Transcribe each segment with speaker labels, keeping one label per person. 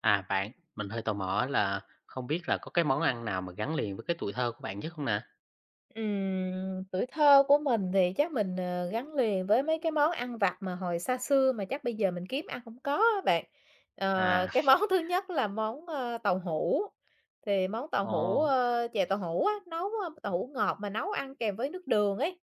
Speaker 1: À, bạn, mình hơi tò mò là không biết là có cái món ăn nào mà gắn liền với cái tuổi thơ của bạn nhất không nè?
Speaker 2: Tuổi thơ của mình thì chắc mình gắn liền với mấy cái món ăn vặt mà hồi xa xưa mà chắc bây giờ mình kiếm ăn không có á bạn.
Speaker 1: À,
Speaker 2: Cái món thứ nhất là món tàu hũ, thì món tàu hũ,
Speaker 1: ồ,
Speaker 2: ơ, chè tàu hũ á, nấu tàu hũ ngọt mà nấu ăn kèm với nước đường ấy.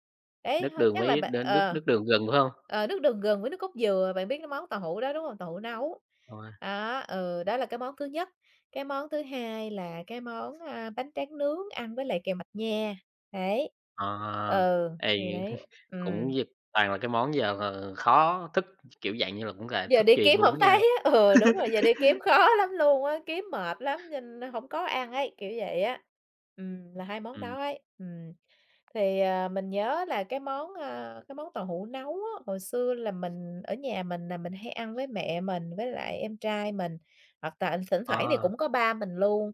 Speaker 2: Đấy,
Speaker 1: nước
Speaker 2: thôi
Speaker 1: đường
Speaker 2: chắc là
Speaker 1: với
Speaker 2: bạn
Speaker 1: nước
Speaker 2: ờ,
Speaker 1: nước đường gừng, phải không?
Speaker 2: ờ, nước đường gừng với nước cốt dừa, bạn biết cái món tàu hũ đó, đúng không? Tàu hũ nấu.
Speaker 1: Rồi,
Speaker 2: Đó, ừ, đó là cái món thứ nhất. Cái món thứ hai là cái món bánh tráng nướng ăn với lại kèo mạch nha. Đấy.
Speaker 1: ờ,
Speaker 2: Ừ, thì
Speaker 1: ê,
Speaker 2: đấy,
Speaker 1: cũng
Speaker 2: ừm,
Speaker 1: d toàn là cái món giờ là khó thức, kiểu, dạng như là, cũng là
Speaker 2: giờ
Speaker 1: thức
Speaker 2: đi
Speaker 1: truyền
Speaker 2: kiếm
Speaker 1: luôn á
Speaker 2: hổng
Speaker 1: nha.
Speaker 2: thấy á, ừ, đúng rồi, giờ đi kiếm khó lắm luôn á, kiếm mệt lắm nên hổng có ăn ấy, kiểu vậy á. Là 2 món
Speaker 1: Ừm,
Speaker 2: đó ấy, Thì mình nhớ là cái món, cái món tàu hũ nấu á, hồi xưa là mình ở nhà mình là mình hay ăn với mẹ mình với lại em trai mình, hoặc là thỉnh thoảng thì
Speaker 1: ờ,
Speaker 2: cũng có ba mình luôn.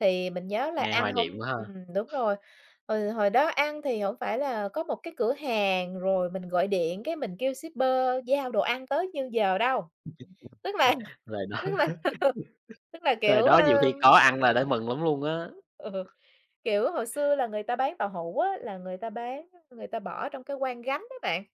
Speaker 2: Thì mình nhớ là
Speaker 1: nghe
Speaker 2: ăn
Speaker 1: hoài niệm
Speaker 2: hông,
Speaker 1: quá ha.
Speaker 2: đúng rồi. Ừ, hồi đó ăn thì không phải là có một cái cửa hàng rồi mình gọi điện cái mình kêu shipper giao đồ ăn tới như giờ đâu. Tức là
Speaker 1: Rồi đó,
Speaker 2: tức là tức là,
Speaker 1: rồi
Speaker 2: kiểu,
Speaker 1: đó nhiều
Speaker 2: ơ
Speaker 1: khi có ăn là đã mừng lắm luôn á.
Speaker 2: Ừ, kiểu, hồi xưa là người ta bán tàu hũ á, là người ta bỏ trong cái quan gánh đấy bạn.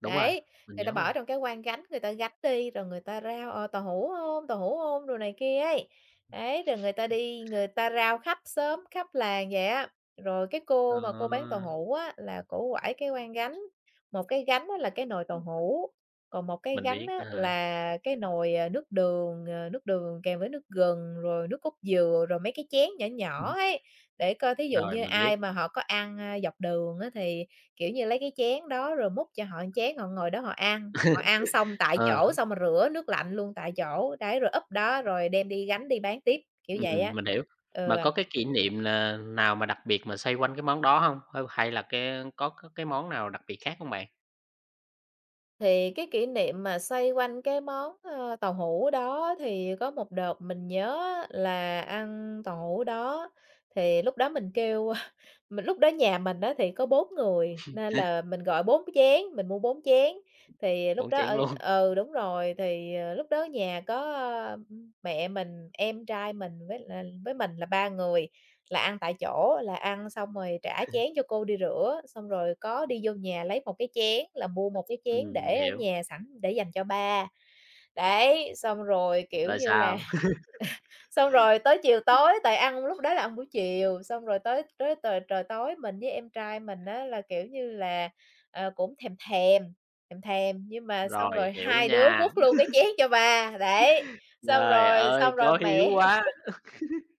Speaker 1: Đúng rồi,
Speaker 2: Đấy,
Speaker 1: mình
Speaker 2: người ta
Speaker 1: nhớ
Speaker 2: bỏ
Speaker 1: rồi.
Speaker 2: trong cái quan gánh, người ta gánh đi rồi người ta rao, "Tàu hũ hông? Tàu hũ hông?" đồ này kia ấy. Đấy, rồi người ta đi người ta rao khắp xóm, khắp làng vậy á. Rồi cái
Speaker 1: Ờ,
Speaker 2: cô mà cô bán tàu hũ á, là cổ quải cái quan gánh, một cái gánh á là cái nồi tàu hũ. Còn một cái
Speaker 1: mình
Speaker 2: gánh
Speaker 1: biết,
Speaker 2: á
Speaker 1: ờ,
Speaker 2: là cái nồi nước đường, nước đường kèm với nước gừng, rồi nước cốt dừa, rồi mấy cái chén nhỏ nhỏ ấy, để coi thí dụ
Speaker 1: rồi,
Speaker 2: như
Speaker 1: mình biết.
Speaker 2: ai mà họ có ăn dọc đường á thì, kiểu như, lấy cái chén đó rồi múc cho họ một chén, họ ngồi đó họ ăn xong tại
Speaker 1: Ờ.
Speaker 2: chỗ, xong rồi rửa nước lạnh luôn tại chỗ, đấy, rồi úp đó rồi đem đi gánh đi bán tiếp, kiểu vậy á.
Speaker 1: Mình hiểu.
Speaker 2: Ừ.
Speaker 1: Mà có cái kỷ niệm nào mà đặc biệt mà xoay quanh cái món đó hông? Hay hay là cái có cái món nào đặc biệt khác hông bạn?
Speaker 2: Thì cái kỷ niệm mà xoay quanh cái món tàu hũ đó thì có một đợt mình nhớ là ăn tàu hũ đó, thì lúc đó mình kêu mình lúc đó nhà mình đó thì có 4 người, nên là mình gọi 4 chén, mình mua 4 chén. Thì lúc
Speaker 1: Bún
Speaker 2: đó
Speaker 1: chén
Speaker 2: ở
Speaker 1: luôn.
Speaker 2: ừ, đúng rồi, thì lúc đó nhà có mẹ mình, em trai mình với là với mình là 3 người. Là ăn tại chỗ, là ăn xong rồi trả chén cho cô đi rửa, xong rồi có đi vô nhà lấy một cái chén, là mua một cái chén
Speaker 1: Mình
Speaker 2: để ở
Speaker 1: hiểu.
Speaker 2: nhà sẵn để dành cho ba. Đấy, xong rồi, kiểu
Speaker 1: Rồi
Speaker 2: như là,
Speaker 1: sao?
Speaker 2: xong rồi tới chiều tối, tại ăn lúc đó là ăn buổi chiều, xong rồi tới tới trời trời tối mình với em trai mình á là, kiểu như là, cũng thèm thèm, thèm thèm, nhưng mà xong
Speaker 1: Rồi,
Speaker 2: rồi
Speaker 1: hiểu
Speaker 2: hai đứa
Speaker 1: nha.
Speaker 2: quất luôn cái chén cho ba, đấy,
Speaker 1: Trời ơi,
Speaker 2: xong rồi
Speaker 1: có
Speaker 2: mẹ
Speaker 1: hiếu quá!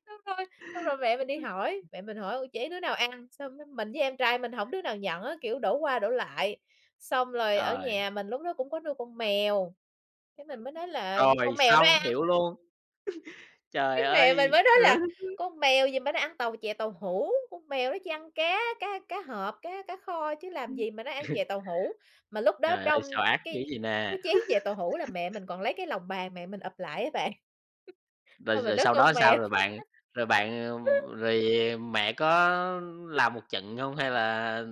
Speaker 2: Thôi, xong rồi mẹ mình đi hỏi, mẹ mình hỏi: "Ủa, chỉ đứa nào ăn?" Xong mình với em trai mình hổng đứa nào nhận á, kiểu, đổ qua đổ lại. Xong rồi ở
Speaker 1: Trời,
Speaker 2: nhà mình lúc đó cũng có nuôi con mèo, cái mình mới nói là "Như
Speaker 1: rồi
Speaker 2: con mèo nó
Speaker 1: xong,
Speaker 2: ăn",
Speaker 1: hiểu luôn. Trời
Speaker 2: cái mẹ mình
Speaker 1: ơi!
Speaker 2: mới nói là "Con mèo gì mà nó ăn chè tàu hũ, con mèo nó chỉ ăn cá cá cá hộp, cá cá kho chứ làm gì mà nó ăn
Speaker 1: Ừ.
Speaker 2: chè tàu hũ." Mà lúc đó
Speaker 1: Trời ơi,
Speaker 2: trong
Speaker 1: sao ác dữ
Speaker 2: cái
Speaker 1: vậy nè?
Speaker 2: cái chén chè tàu hũ là mẹ mình còn lấy cái lòng bàn mẹ mình ụp lại á bạn,
Speaker 1: Rồi,
Speaker 2: thôi mình
Speaker 1: rồi
Speaker 2: nói
Speaker 1: sau đó
Speaker 2: con
Speaker 1: sao
Speaker 2: mèo
Speaker 1: rồi bạn? Rồi bạn, ừm, rồi mẹ có làm một trận hông hay là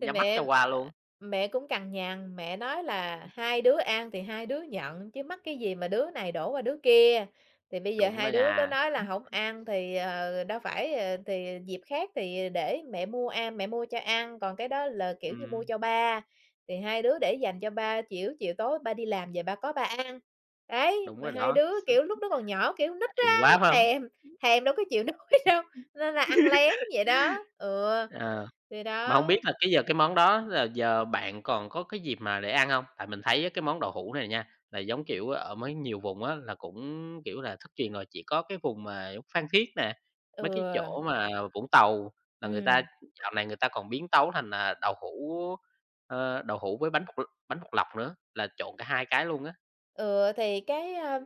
Speaker 2: thì
Speaker 1: mắt cho
Speaker 2: mẹ
Speaker 1: qua luôn?
Speaker 2: Mẹ cũng cằn nhằn, mẹ nói là "Hai đứa ăn thì hai đứa nhận, chứ mắc cái gì mà đứa này đổ qua đứa kia." Thì bây giờ
Speaker 1: Đụng ra
Speaker 2: hai đứa có
Speaker 1: nhà.
Speaker 2: nói là "Hổng ăn thì, đâu phải, thì dịp khác thì để mẹ mua cho ăn, còn cái đó là, kiểu như, mua
Speaker 1: Ừm.
Speaker 2: cho ba, thì hai đứa để dành cho ba, chiểu chiều tối ba đi làm về ba ăn." Đấy,
Speaker 1: Đúng
Speaker 2: mà
Speaker 1: rồi
Speaker 2: hai
Speaker 1: đó,
Speaker 2: đứa, kiểu, lúc đó còn nhỏ, kiểu, nít
Speaker 1: thèm
Speaker 2: á,
Speaker 1: quá phải hông?
Speaker 2: thèm, thèm đâu có chịu nói đâu, nên là ăn lén vậy đó. Ừ,
Speaker 1: Ờ,
Speaker 2: thì
Speaker 1: mà hông
Speaker 2: đó,
Speaker 1: biết là cái giờ cái món đó là giờ bạn còn có cái dịp mà để ăn hông? Tại mình thấy á cái món đậu hũ này nha, là giống kiểu ở mấy nhiều vùng á là cũng, kiểu là, thất truyền rồi, chỉ có cái vùng mà giống Phan Thiết nè,
Speaker 2: ừ,
Speaker 1: mấy cái chỗ mà Vũng Tàu là người ta
Speaker 2: ừm.
Speaker 1: dạo này người ta còn biến tấu thành là đậu hũ, ơ, đậu hũ với bánh bột lọc nữa, là trộn cả hai cái luôn á.
Speaker 2: Ừ, thì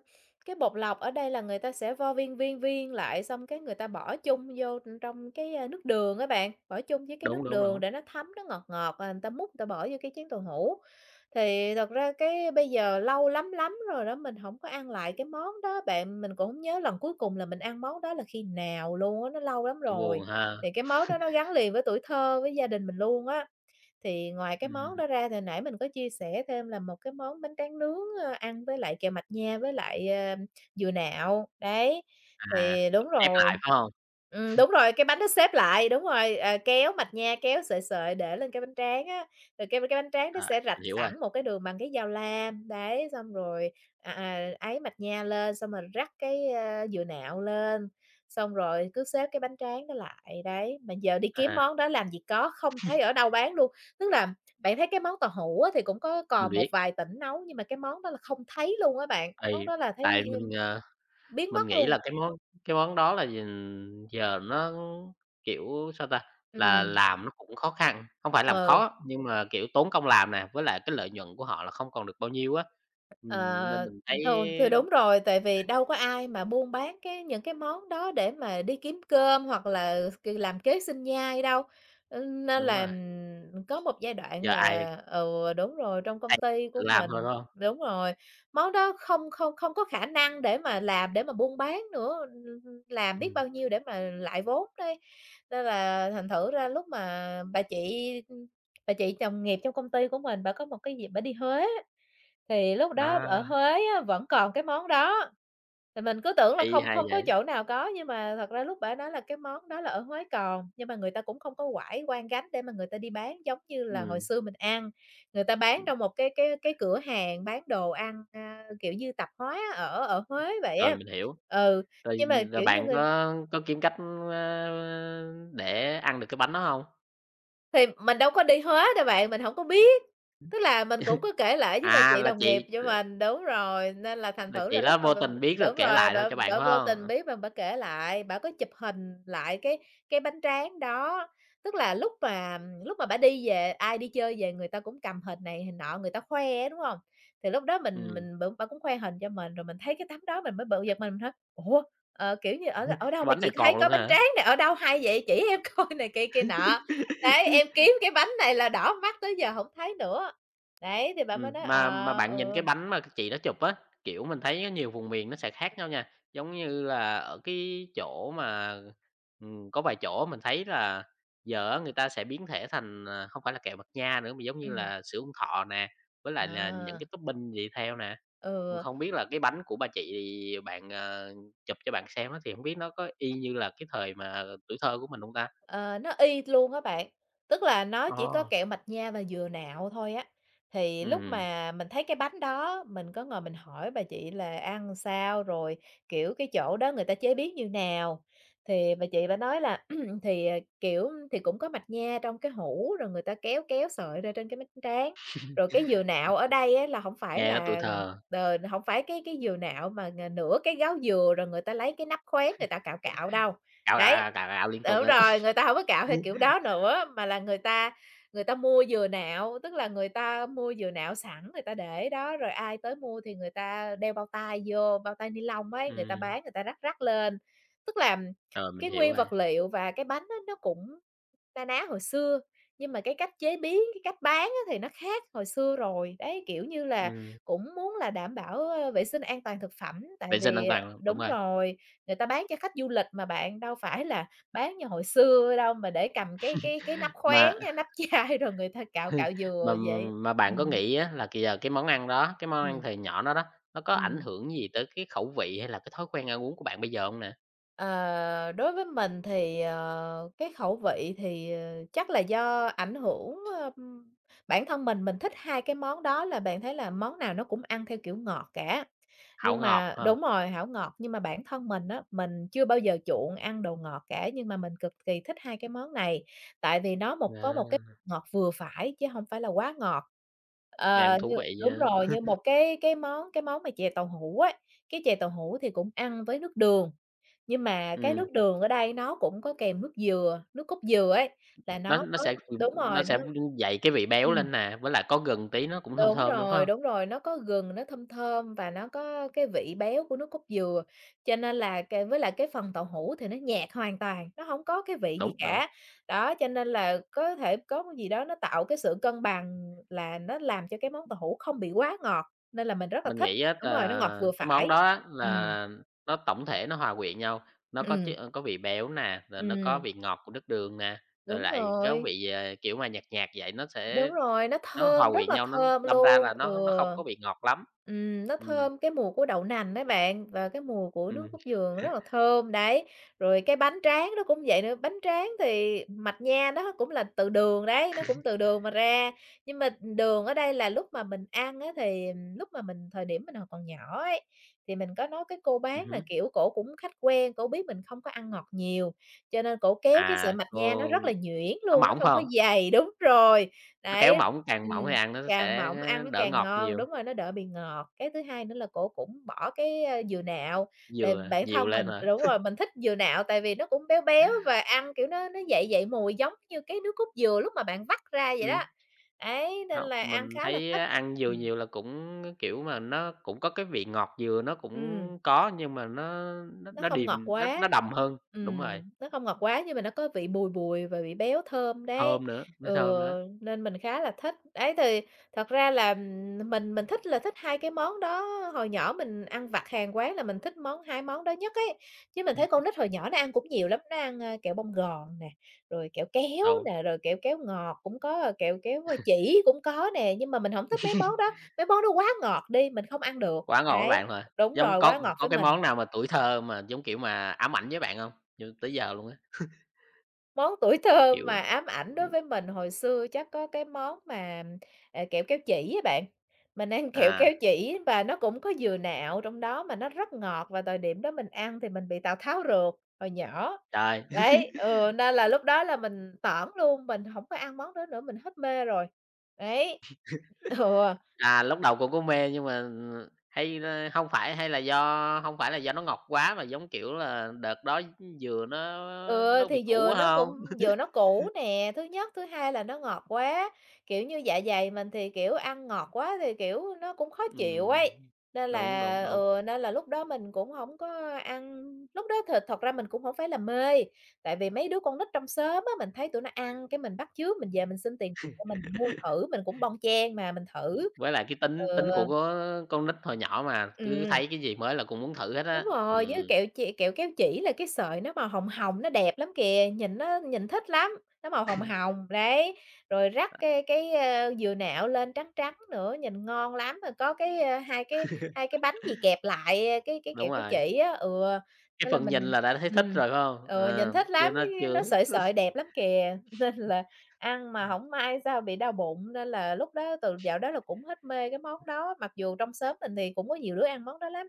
Speaker 2: cái bột lọc ở đây là người ta sẽ vo viên, viên, viên lại xong cái người ta bỏ chung vô trong cái nước đường á bạn, bỏ chung với cái
Speaker 1: Đúng,
Speaker 2: nước
Speaker 1: đúng,
Speaker 2: đường
Speaker 1: đúng,
Speaker 2: để nó thấm, nó ngọt ngọt, à, người ta múc người ta bỏ vô cái chén tàu hũ. Thì thật ra cái bây giờ lâu lắm lắm rồi đó, mình không có ăn lại cái món đó bạn, mình cũng không nhớ lần cuối cùng là mình ăn món đó là khi nào luôn á, nó lâu lắm
Speaker 1: cũng buồn
Speaker 2: rồi.
Speaker 1: ha.
Speaker 2: Thì cái món đó nó gắn liền với tuổi thơ, với gia đình mình luôn á. Thì ngoài cái món
Speaker 1: Ừm,
Speaker 2: đó ra thì nãy mình có chia sẻ thêm là một cái món bánh tráng nướng, ăn với lại kẹo mạch nha với lại dừa nạo, đấy,
Speaker 1: à,
Speaker 2: thì đúng
Speaker 1: ép
Speaker 2: rồi.
Speaker 1: lại phải hông?
Speaker 2: Đúng rồi, cái bánh nó xếp lại, đúng rồi, kéo mạch nha, kéo sợi sợi để lên cái bánh tráng á, rồi cái bánh tráng nó
Speaker 1: Rồi,
Speaker 2: sẽ rạch
Speaker 1: mình hiểu rồi,
Speaker 2: sẵn một cái đường bằng cái dao lam, đấy, xong rồi, ấy mạch nha lên, xong rồi rắc dừa nạo lên, xong rồi cứ xếp cái bánh tráng nó lại, đấy. Mà giờ đi kiếm
Speaker 1: à,
Speaker 2: món đó làm gì có, không thấy ở đâu bán luôn. Tức là bạn thấy cái món tàu hũ á thì cũng có
Speaker 1: mình
Speaker 2: còn một
Speaker 1: biết.
Speaker 2: vài tỉnh nấu, nhưng mà cái món đó là không thấy luôn á bạn, món
Speaker 1: Tại
Speaker 2: đó là thấy,
Speaker 1: tại mình, ờ,
Speaker 2: biến
Speaker 1: mình
Speaker 2: mất
Speaker 1: nghĩ
Speaker 2: luôn.
Speaker 1: là cái món đó là dình giờ nó, kiểu, sao ta, là
Speaker 2: Ừm,
Speaker 1: làm nó cũng khó khăn, hông phải làm
Speaker 2: ờ.
Speaker 1: khó, nhưng mà, kiểu, tốn công làm nè, với lại cái lợi nhuận của họ là không còn được bao nhiêu á. Nên
Speaker 2: Ờ,
Speaker 1: mình thấy
Speaker 2: thường thì đúng rồi, tại vì đâu có ai mà buôn bán những cái món đó để mà đi kiếm cơm hoặc là làm kế sinh nhai đâu. Nên
Speaker 1: đúng
Speaker 2: là,
Speaker 1: rồi,
Speaker 2: có một giai
Speaker 1: giờ
Speaker 2: đoạn
Speaker 1: ai
Speaker 2: là ừ, đúng rồi, trong công
Speaker 1: ai
Speaker 2: ty của
Speaker 1: tự làm thôi,
Speaker 2: mình
Speaker 1: phải hông?
Speaker 2: đúng rồi, món đó không không không có khả năng để mà làm, để mà buôn bán nữa, làm biết
Speaker 1: Ừm,
Speaker 2: bao nhiêu để mà lại vốn đây. Nên là thành thử ra lúc mà bà chị đồng nghiệp trong công ty của mình, bà có một cái dịp bà đi Huế. Thì lúc đó
Speaker 1: à,
Speaker 2: ở Huế á, vẫn còn cái món đó, thì mình cứ tưởng là
Speaker 1: hay
Speaker 2: không
Speaker 1: hay
Speaker 2: không có
Speaker 1: vậy,
Speaker 2: chỗ nào có, nhưng mà thật ra lúc bả nói là cái món đó là ở Huế còn, nhưng mà người ta cũng không có quải quang gánh để mà người ta đi bán giống như là hồi
Speaker 1: ừm,
Speaker 2: xưa mình ăn. Người ta bán
Speaker 1: ừm,
Speaker 2: trong một cái cửa hàng bán đồ ăn, kiểu như, tạp hóa ở ở Huế vậy
Speaker 1: rồi
Speaker 2: á.
Speaker 1: mình hiểu.
Speaker 2: Ừ,
Speaker 1: Rồi,
Speaker 2: nhưng mà,
Speaker 1: rồi
Speaker 2: kiểu như,
Speaker 1: bạn có kiếm cách, ơ, để ăn được cái bánh đó hông?
Speaker 2: Thì mình đâu có đi hết đâu bạn, mình hổng có biết. Tức là mình cũng có kể lể với bà
Speaker 1: À,
Speaker 2: chị đồng nghiệp cho mình đúng rồi, nên là thành
Speaker 1: là
Speaker 2: thử
Speaker 1: chị
Speaker 2: là lúc
Speaker 1: đó
Speaker 2: mà
Speaker 1: vô
Speaker 2: mình
Speaker 1: tình biết rồi
Speaker 2: đúng
Speaker 1: kể
Speaker 2: rồi,
Speaker 1: lại thôi
Speaker 2: bả
Speaker 1: cho bạn,
Speaker 2: bả
Speaker 1: phải
Speaker 2: vô tình
Speaker 1: hông?
Speaker 2: biết mà bả kể lại, bả có chụp hình lại cái bánh tráng đó. Tức là lúc mà Lúc mà bả đi về, ai đi chơi về người ta cũng cầm hình này hình nọ, người ta khoe á, đúng hông? Thì lúc đó mình
Speaker 1: Ừm,
Speaker 2: mình bả cũng khoe hình cho mình, rồi mình thấy cái tấm đó mình mới bự giật mình hỏi: "Ủa, kiểu như, ở ở đâu
Speaker 1: cái
Speaker 2: mà
Speaker 1: bánh này
Speaker 2: chị
Speaker 1: còn
Speaker 2: thấy
Speaker 1: luôn
Speaker 2: có bánh
Speaker 1: hả?
Speaker 2: tráng này, ở đâu hay vậy, chỉ em coi" này kia kia nọ. Đấy, em kiếm cái bánh này là đỏ mắt tới giờ hổng thấy nữa. Đấy, thì bạn mới nói,
Speaker 1: Mà
Speaker 2: ờ,
Speaker 1: bạn nhìn cái
Speaker 2: ừ,
Speaker 1: bánh mà chị đó chụp á, kiểu, mình thấy nhiều vùng miền nó sẽ khác nhau nha. Giống như là ở cái chỗ mà, có vài chỗ mình thấy là giờ á người ta sẽ biến thể thành, à, không phải là kẹo mạch nha nữa, mà giống như
Speaker 2: ừm,
Speaker 1: là sữa ông thọ nè, với lại là những
Speaker 2: ờ,
Speaker 1: cái topping gì theo nè.
Speaker 2: ừ.
Speaker 1: Không biết là cái bánh của bà chị bạn, ờ, chụp cho bạn xem á thì hổng biết nó có y như là cái thời mà tuổi thơ của mình hông ta?
Speaker 2: Ờ, nó y luôn á bạn, tức là nó chỉ có
Speaker 1: Ờ,
Speaker 2: kẹo mạch nha và dừa nạo thôi á. Thì lúc
Speaker 1: ừm.
Speaker 2: mà mình thấy cái bánh đó, mình có ngồi mình hỏi bà chị là ăn sao, rồi, kiểu, cái chỗ đó người ta chế biến như nào. Thì bà chị bả nói là thì, kiểu, thì cũng có mạch nha trong cái hũ, rồi người ta kéo kéo sợi ra trên cái bánh tráng. Rồi cái dừa nạo ở đây á là không phải
Speaker 1: Nghe nó tuổi
Speaker 2: là,
Speaker 1: thờ,
Speaker 2: hổng phải cái dừa nạo mà, nửa cái gáo dừa rồi người ta lấy cái nắp khoét người ta cạo cạo đâu.
Speaker 1: cào cào
Speaker 2: Đấy,
Speaker 1: gào, gào, gào" liên tục
Speaker 2: đúng
Speaker 1: á.
Speaker 2: rồi, người ta hổng có cạo theo
Speaker 1: Ừm.
Speaker 2: kiểu đó nữa, mà là người ta mua dừa nạo, tức là người ta mua dừa nạo sẵn, người ta để đó, rồi ai tới mua thì người ta đeo bao tay vô, bao tay ni lông ấy, người ta
Speaker 1: Ừm,
Speaker 2: bán người ta rắc rắc lên. Tức là
Speaker 1: rồi, mình
Speaker 2: cái
Speaker 1: hiểu
Speaker 2: nguyên
Speaker 1: rồi,
Speaker 2: vật liệu và cái bánh á nó cũng na ná hồi xưa, nhưng mà cái cách chế biến, cái cách bán á thì nó khác hồi xưa rồi. Đấy, kiểu như là,
Speaker 1: ừm,
Speaker 2: cũng muốn là đảm bảo, vệ sinh an toàn thực phẩm, tại
Speaker 1: vệ sinh an
Speaker 2: vì
Speaker 1: toàn, đúng
Speaker 2: đúng
Speaker 1: rồi.
Speaker 2: rồi, người ta bán cho khách du lịch mà bạn, đâu phải là bán như hồi xưa đâu mà để cầm cái nắp
Speaker 1: Mà
Speaker 2: khoáng, nắp chai rồi người ta cạo cạo
Speaker 1: mà
Speaker 2: dừa vậy.
Speaker 1: mà bạn có
Speaker 2: Ừm,
Speaker 1: nghĩ á là kìa cái món ăn đó, cái món ăn
Speaker 2: ừm.
Speaker 1: thời nhỏ đó đó, nó có ảnh
Speaker 2: Ừm.
Speaker 1: hưởng gì tới cái khẩu vị hay là cái thói quen ăn uống của bạn bây giờ hông nè?
Speaker 2: Ờ, đối với mình thì, cái khẩu vị thì, chắc là do ảnh hưởng, ưm, bản thân mình thích hai cái món đó là bạn thấy là món nào nó cũng ăn theo kiểu ngọt cả.
Speaker 1: Hảo
Speaker 2: Nhưng
Speaker 1: ngọt
Speaker 2: mà
Speaker 1: hông?
Speaker 2: đúng rồi, hảo ngọt, nhưng mà bản thân mình á, mình chưa bao giờ chuộng ăn đồ ngọt cả, nhưng mà mình cực kỳ thích hai cái món này, tại vì nó có một cái
Speaker 1: Đó,
Speaker 2: ngọt vừa phải chứ không phải là quá ngọt.
Speaker 1: nghe cũng
Speaker 2: Ờ,
Speaker 1: thú
Speaker 2: như
Speaker 1: vị
Speaker 2: đúng
Speaker 1: nha.
Speaker 2: rồi, như một cái món mà chè tàu hũ ấy, cái chè tàu hũ thì cũng ăn với nước đường. Nhưng mà cái
Speaker 1: Ừm,
Speaker 2: nước đường ở đây nó cũng có kèm nước dừa, nước cốt dừa ấy, là
Speaker 1: nó
Speaker 2: nó
Speaker 1: nó
Speaker 2: có
Speaker 1: sẽ,
Speaker 2: đúng
Speaker 1: nó
Speaker 2: rồi, nó.
Speaker 1: sẽ dậy cái vị béo
Speaker 2: Ừm,
Speaker 1: lên nè, với lại có gừng tí nó cũng thơm thơm nữa, phải hông?
Speaker 2: đúng rồi, nó có gừng, nó thơm thơm và nó có cái vị béo của nước cốt dừa, cho nên là với lại cái phần tàu hũ thì nó nhạt hoàn toàn, nó hổng có cái vị gì
Speaker 1: Đúng, đúng.
Speaker 2: cả. Đó, cho nên là có thể có cái gì đó nó tạo cái sự cân bằng là nó làm cho cái món tàu hũ không bị quá ngọt, nên là mình rất là
Speaker 1: Mình
Speaker 2: thích.
Speaker 1: nghĩ á
Speaker 2: Đúng rồi, nó ngọt
Speaker 1: là
Speaker 2: vừa
Speaker 1: cái món
Speaker 2: phải.
Speaker 1: đó á
Speaker 2: Ừm,
Speaker 1: là nó tổng thể nó hòa quyện nhau, nó có chứ
Speaker 2: ừm,
Speaker 1: có vị béo nè, rồi nó có
Speaker 2: ừm,
Speaker 1: vị ngọt của nước đường nè, rồi
Speaker 2: đúng
Speaker 1: lại có
Speaker 2: rồi.
Speaker 1: vị, ờ, kiểu mà nhạt nhạt vậy, nó
Speaker 2: Đúng
Speaker 1: sẽ
Speaker 2: rồi, nó
Speaker 1: nó hòa
Speaker 2: thơm, rất
Speaker 1: quyện
Speaker 2: là
Speaker 1: nhau, nó
Speaker 2: thơm
Speaker 1: đâm ra
Speaker 2: luôn,
Speaker 1: là
Speaker 2: ừ.
Speaker 1: nó không có vị ngọt lắm.
Speaker 2: Nó
Speaker 1: Ừm,
Speaker 2: thơm cái mùi của đậu nành đấy bạn, và cái mùi của nước
Speaker 1: ừm,
Speaker 2: cốt dừa rất là thơm, đấy. Rồi cái bánh tráng nó cũng vậy nữa, bánh tráng thì mạch nha nó cũng là từ đường đấy, nó cũng từ đường mà ra. Nhưng mà đường ở đây là lúc mà mình ăn á thì lúc mà mình thời điểm mình còn nhỏ ấy, thì mình có nói cái cô bán là,
Speaker 1: hứm.
Speaker 2: kiểu, cổ cũng khách quen, cổ biết mình không có ăn ngọt nhiều. Cho nên cổ kéo cái sợi
Speaker 1: À,
Speaker 2: mạch nha nó rất là nhuyễn
Speaker 1: nó
Speaker 2: luôn, nó
Speaker 1: mỏng phải
Speaker 2: không có
Speaker 1: không?
Speaker 2: dày đúng rồi,
Speaker 1: Nó kéo
Speaker 2: đấy,
Speaker 1: mỏng, càng mỏng thì
Speaker 2: ừm,
Speaker 1: ăn nó
Speaker 2: càng
Speaker 1: sẽ
Speaker 2: mỏng ăn nó
Speaker 1: đỡ
Speaker 2: càng
Speaker 1: ngọt
Speaker 2: ngon,
Speaker 1: nhiều,
Speaker 2: đúng rồi, nó đỡ bị ngọt. Cái thứ hai nữa là cổ cũng bỏ cái, dừa nạo, tại
Speaker 1: dừa
Speaker 2: bản
Speaker 1: nhiều
Speaker 2: thân
Speaker 1: lên
Speaker 2: mình
Speaker 1: hả?
Speaker 2: đúng rồi, mình thích dừa nạo tại vì nó cũng béo béo và ăn, kiểu, nó dậy dậy mùi giống như cái nước cốt dừa lúc mà bạn vắt ra vậy
Speaker 1: Ừm.
Speaker 2: đó. Đấy, nên
Speaker 1: Hông,
Speaker 2: là ăn
Speaker 1: mình
Speaker 2: khá là
Speaker 1: thấy
Speaker 2: thích.
Speaker 1: á, ăn dừa
Speaker 2: Ừm,
Speaker 1: nhiều là cũng, kiểu mà, nó cũng có cái vị ngọt dừa nó cũng
Speaker 2: ừm.
Speaker 1: có, nhưng mà nó nó
Speaker 2: Nó
Speaker 1: nó
Speaker 2: không
Speaker 1: điềm,
Speaker 2: ngọt
Speaker 1: nó
Speaker 2: quá,
Speaker 1: nó đậm hơn. Đúng rồi,
Speaker 2: nó không ngọt quá nhưng mà nó có vị bùi bùi và vị béo thơm đấy.
Speaker 1: thơm nữa, nó
Speaker 2: Ừ,
Speaker 1: thơm nữa.
Speaker 2: nên mình khá là thích. Đấy, thì thật ra là, mình thích là thích 2 cái món đó, hồi nhỏ mình ăn vặt hàng quán là mình thích hai món đó nhất ấy. Chứ mình thấy con nít hồi nhỏ nó ăn cũng nhiều lắm, nó ăn, kẹo bông gòn nè, rồi kẹo kéo
Speaker 1: Đúng,
Speaker 2: nè, rồi kẹo kéo ngọt cũng có, kẹo kéo, chỉ cũng có nè, nhưng mà mình không thích mấy món đó quá ngọt đi, mình không ăn được.
Speaker 1: quá ngon với
Speaker 2: Đấy,
Speaker 1: bạn rồi.
Speaker 2: đúng
Speaker 1: Giống
Speaker 2: rồi, quá
Speaker 1: có
Speaker 2: ngọt
Speaker 1: có
Speaker 2: với
Speaker 1: cái
Speaker 2: mình.
Speaker 1: món nào mà tuổi thơ mà, giống kiểu mà, ám ảnh với bạn không? Như tới giờ luôn á,
Speaker 2: Món tuổi thơ
Speaker 1: kiểu
Speaker 2: mà ám ảnh đối với mình hồi xưa chắc có cái món mà, kẹo kéo chỉ á bạn. Mình ăn kẹo
Speaker 1: à,
Speaker 2: kéo chỉ và nó cũng có dừa nạo trong đó mà nó rất ngọt và thời điểm đó mình ăn thì mình bị Tào Tháo ruột hồi nhỏ.
Speaker 1: trời,
Speaker 2: Đấy, ừ, nên là lúc đó là mình tõn luôn, mình hổng có ăn món đó nữa, mình hết mê rồi. Đấy, ừ.
Speaker 1: à, lúc đầu cũng có mê nhưng mà, ừ, hay là hông phải hay là do không phải là do nó ngọt quá mà, giống kiểu là, đợt đó dừa
Speaker 2: Ừ,
Speaker 1: nó bị
Speaker 2: thì
Speaker 1: cũ
Speaker 2: dừa
Speaker 1: quá
Speaker 2: nó cũng
Speaker 1: không?
Speaker 2: nó cũ nè, thứ nhất, thứ hai là nó ngọt quá, kiểu như, dạ dày mình thì, kiểu, ăn ngọt quá thì, kiểu, nó cũng khó chịu
Speaker 1: Ừm,
Speaker 2: ấy, nên
Speaker 1: đúng, đúng,
Speaker 2: là
Speaker 1: đúng.
Speaker 2: ừ, nên là lúc đó mình cũng không có ăn. Lúc đó thật thật ra mình cũng không phải là mê, tại vì mấy đứa con nít trong xóm á, mình thấy tụi nó ăn cái mình bắt chước, mình về mình xin tiền mẹ mình mua thử, mình cũng bon chen mà mình thử.
Speaker 1: Với lại cái tính
Speaker 2: Ừ,
Speaker 1: tính của con nít hồi nhỏ mà, cứ
Speaker 2: ừm.
Speaker 1: thấy cái gì mới là cũng muốn thử hết
Speaker 2: Đúng
Speaker 1: á.
Speaker 2: rồi, với kẹo kéo chỉ là cái sợi nó màu hồng hồng, nó đẹp lắm kìa, nhìn nó nhìn thích lắm, nó màu hồng hồng, đấy, rồi rắc
Speaker 1: À,
Speaker 2: cái dừa nạo lên trắng trắng nữa, nhìn ngon lắm. Rồi có cái, hai cái bánh gì kẹp lại, cái
Speaker 1: đúng
Speaker 2: kẹo kéo
Speaker 1: rồi,
Speaker 2: chỉ á, ừ,
Speaker 1: cái
Speaker 2: nên là
Speaker 1: phần nhìn là đã thấy thích
Speaker 2: ừm,
Speaker 1: rồi, phải hông?
Speaker 2: ừ, nhìn
Speaker 1: Ờ,
Speaker 2: thích
Speaker 1: chứ
Speaker 2: lắm,
Speaker 1: nó chưa
Speaker 2: nó sợi sợi đẹp lắm kìa, nên là ăn mà
Speaker 1: ừm,
Speaker 2: không may sao bị đau bụng, nên là lúc đó từ dạo đó là cũng hết mê cái món đó, mặc dù trong xóm mình thì cũng có nhiều đứa ăn món đó lắm.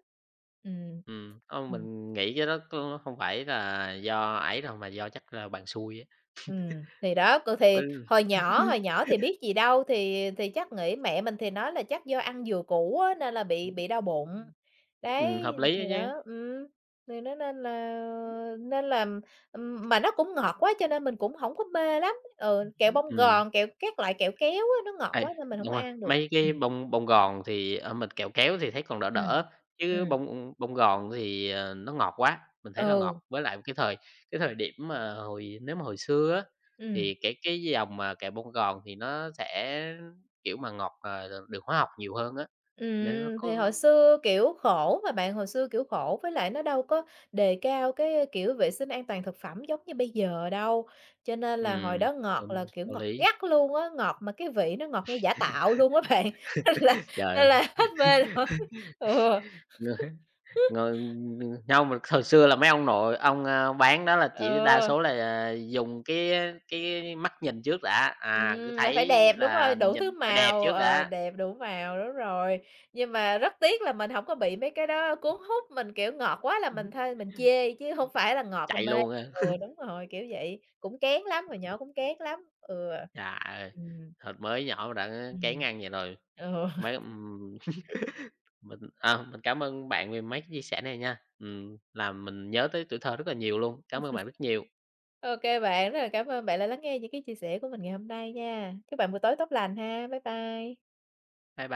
Speaker 2: Ừ.
Speaker 1: ừm,
Speaker 2: Ừm,
Speaker 1: mình nghĩ cái đó có không phải là do ấy đâu, mà do chắc là bạn xui á,
Speaker 2: thì đó, thì
Speaker 1: với
Speaker 2: hồi nhỏ thì biết gì đâu, thì chắc nghĩ mẹ mình thì nói là chắc do ăn dừa cũ á, nên là bị đau bụng. Đấy,
Speaker 1: hợp lý á
Speaker 2: thì đó,
Speaker 1: chứ,
Speaker 2: thì nó nên là, mà nó cũng ngọt quá cho nên mình cũng không có mê lắm. Ừ, kẹo bông
Speaker 1: ừm.
Speaker 2: gòn, kẹo các loại kẹo kéo á, nó ngọt
Speaker 1: Ấy,
Speaker 2: quá nên mình không
Speaker 1: đúng
Speaker 2: có
Speaker 1: rồi,
Speaker 2: ăn được.
Speaker 1: mấy
Speaker 2: Ừm,
Speaker 1: cái bông bông gòn thì, ờ, mình kẹo kéo thì thấy còn đỡ
Speaker 2: ừm,
Speaker 1: đỡ, chứ
Speaker 2: ừm,
Speaker 1: bông bông gòn thì, ờ, nó ngọt quá, mình thấy là ngọt.
Speaker 2: ừ,
Speaker 1: Với lại cái thời điểm mà hồi nếu mà hồi xưa á,
Speaker 2: ừm.
Speaker 1: thì cái dòng mà kẹo bông gòn thì nó sẽ, kiểu mà, ngọt, ờ, đường hóa học nhiều hơn á, nên nó có
Speaker 2: Thì hồi xưa, kiểu, khổ mà bạn, hồi xưa, kiểu, khổ với lại nó đâu có đề cao cái, kiểu, vệ sinh an toàn thực phẩm giống như bây giờ đâu, cho nên là hồi
Speaker 1: ừm,
Speaker 2: đó ngọt là,
Speaker 1: đúng,
Speaker 2: kiểu,
Speaker 1: có
Speaker 2: ngọt
Speaker 1: lý.
Speaker 2: gắt luôn á, ngọt mà cái vị nó ngọt nghe giả tạo luôn á bạn, nên là nên
Speaker 1: Trời
Speaker 2: là hết mê rồi.
Speaker 1: ơi! Người nhau mà thời xưa là mấy ông nội ông, a, bán đó là
Speaker 2: Ừ.
Speaker 1: chỉ đa
Speaker 2: Ừ.
Speaker 1: số là, à, dùng cái mắt nhìn trước đã, à, cứ
Speaker 2: Là phải
Speaker 1: thấy
Speaker 2: đẹp, đúng
Speaker 1: là
Speaker 2: rồi, đủ thứ
Speaker 1: nhìn bà đẹp
Speaker 2: màu,
Speaker 1: trước đã.
Speaker 2: đẹp đủ màu, đúng rồi. Nhưng mà rất tiếc là mình hổng có bị mấy cái đó cuốn hút, mình, kiểu, ngọt quá là
Speaker 1: Ừm.
Speaker 2: mình thôi, chê, chứ hông phải là ngọt là
Speaker 1: Chạy
Speaker 2: mê.
Speaker 1: luôn á.
Speaker 2: Ừ, đúng rồi, kiểu vậy, cũng kén lắm, hồi nhỏ cũng kén lắm, ừ. À.
Speaker 1: Trời ơi,
Speaker 2: Ừm,
Speaker 1: hồi mới nhỏ mà đã kén
Speaker 2: ừm.
Speaker 1: ăn vậy rồi,
Speaker 2: Ừ.
Speaker 1: mấy mình, à, mình cảm ơn bạn về mấy cái chia sẻ này nha, làm mình nhớ tới tuổi thơ rất là nhiều luôn. Cảm ơn bạn rất nhiều.
Speaker 2: Ô kê bạn, rất là cảm ơn bạn đã lắng nghe những cái chia sẻ của mình ngày hôm nay nha. Chúc bạn buổi tối tốt lành ha. Bye bye.
Speaker 1: Bye bye.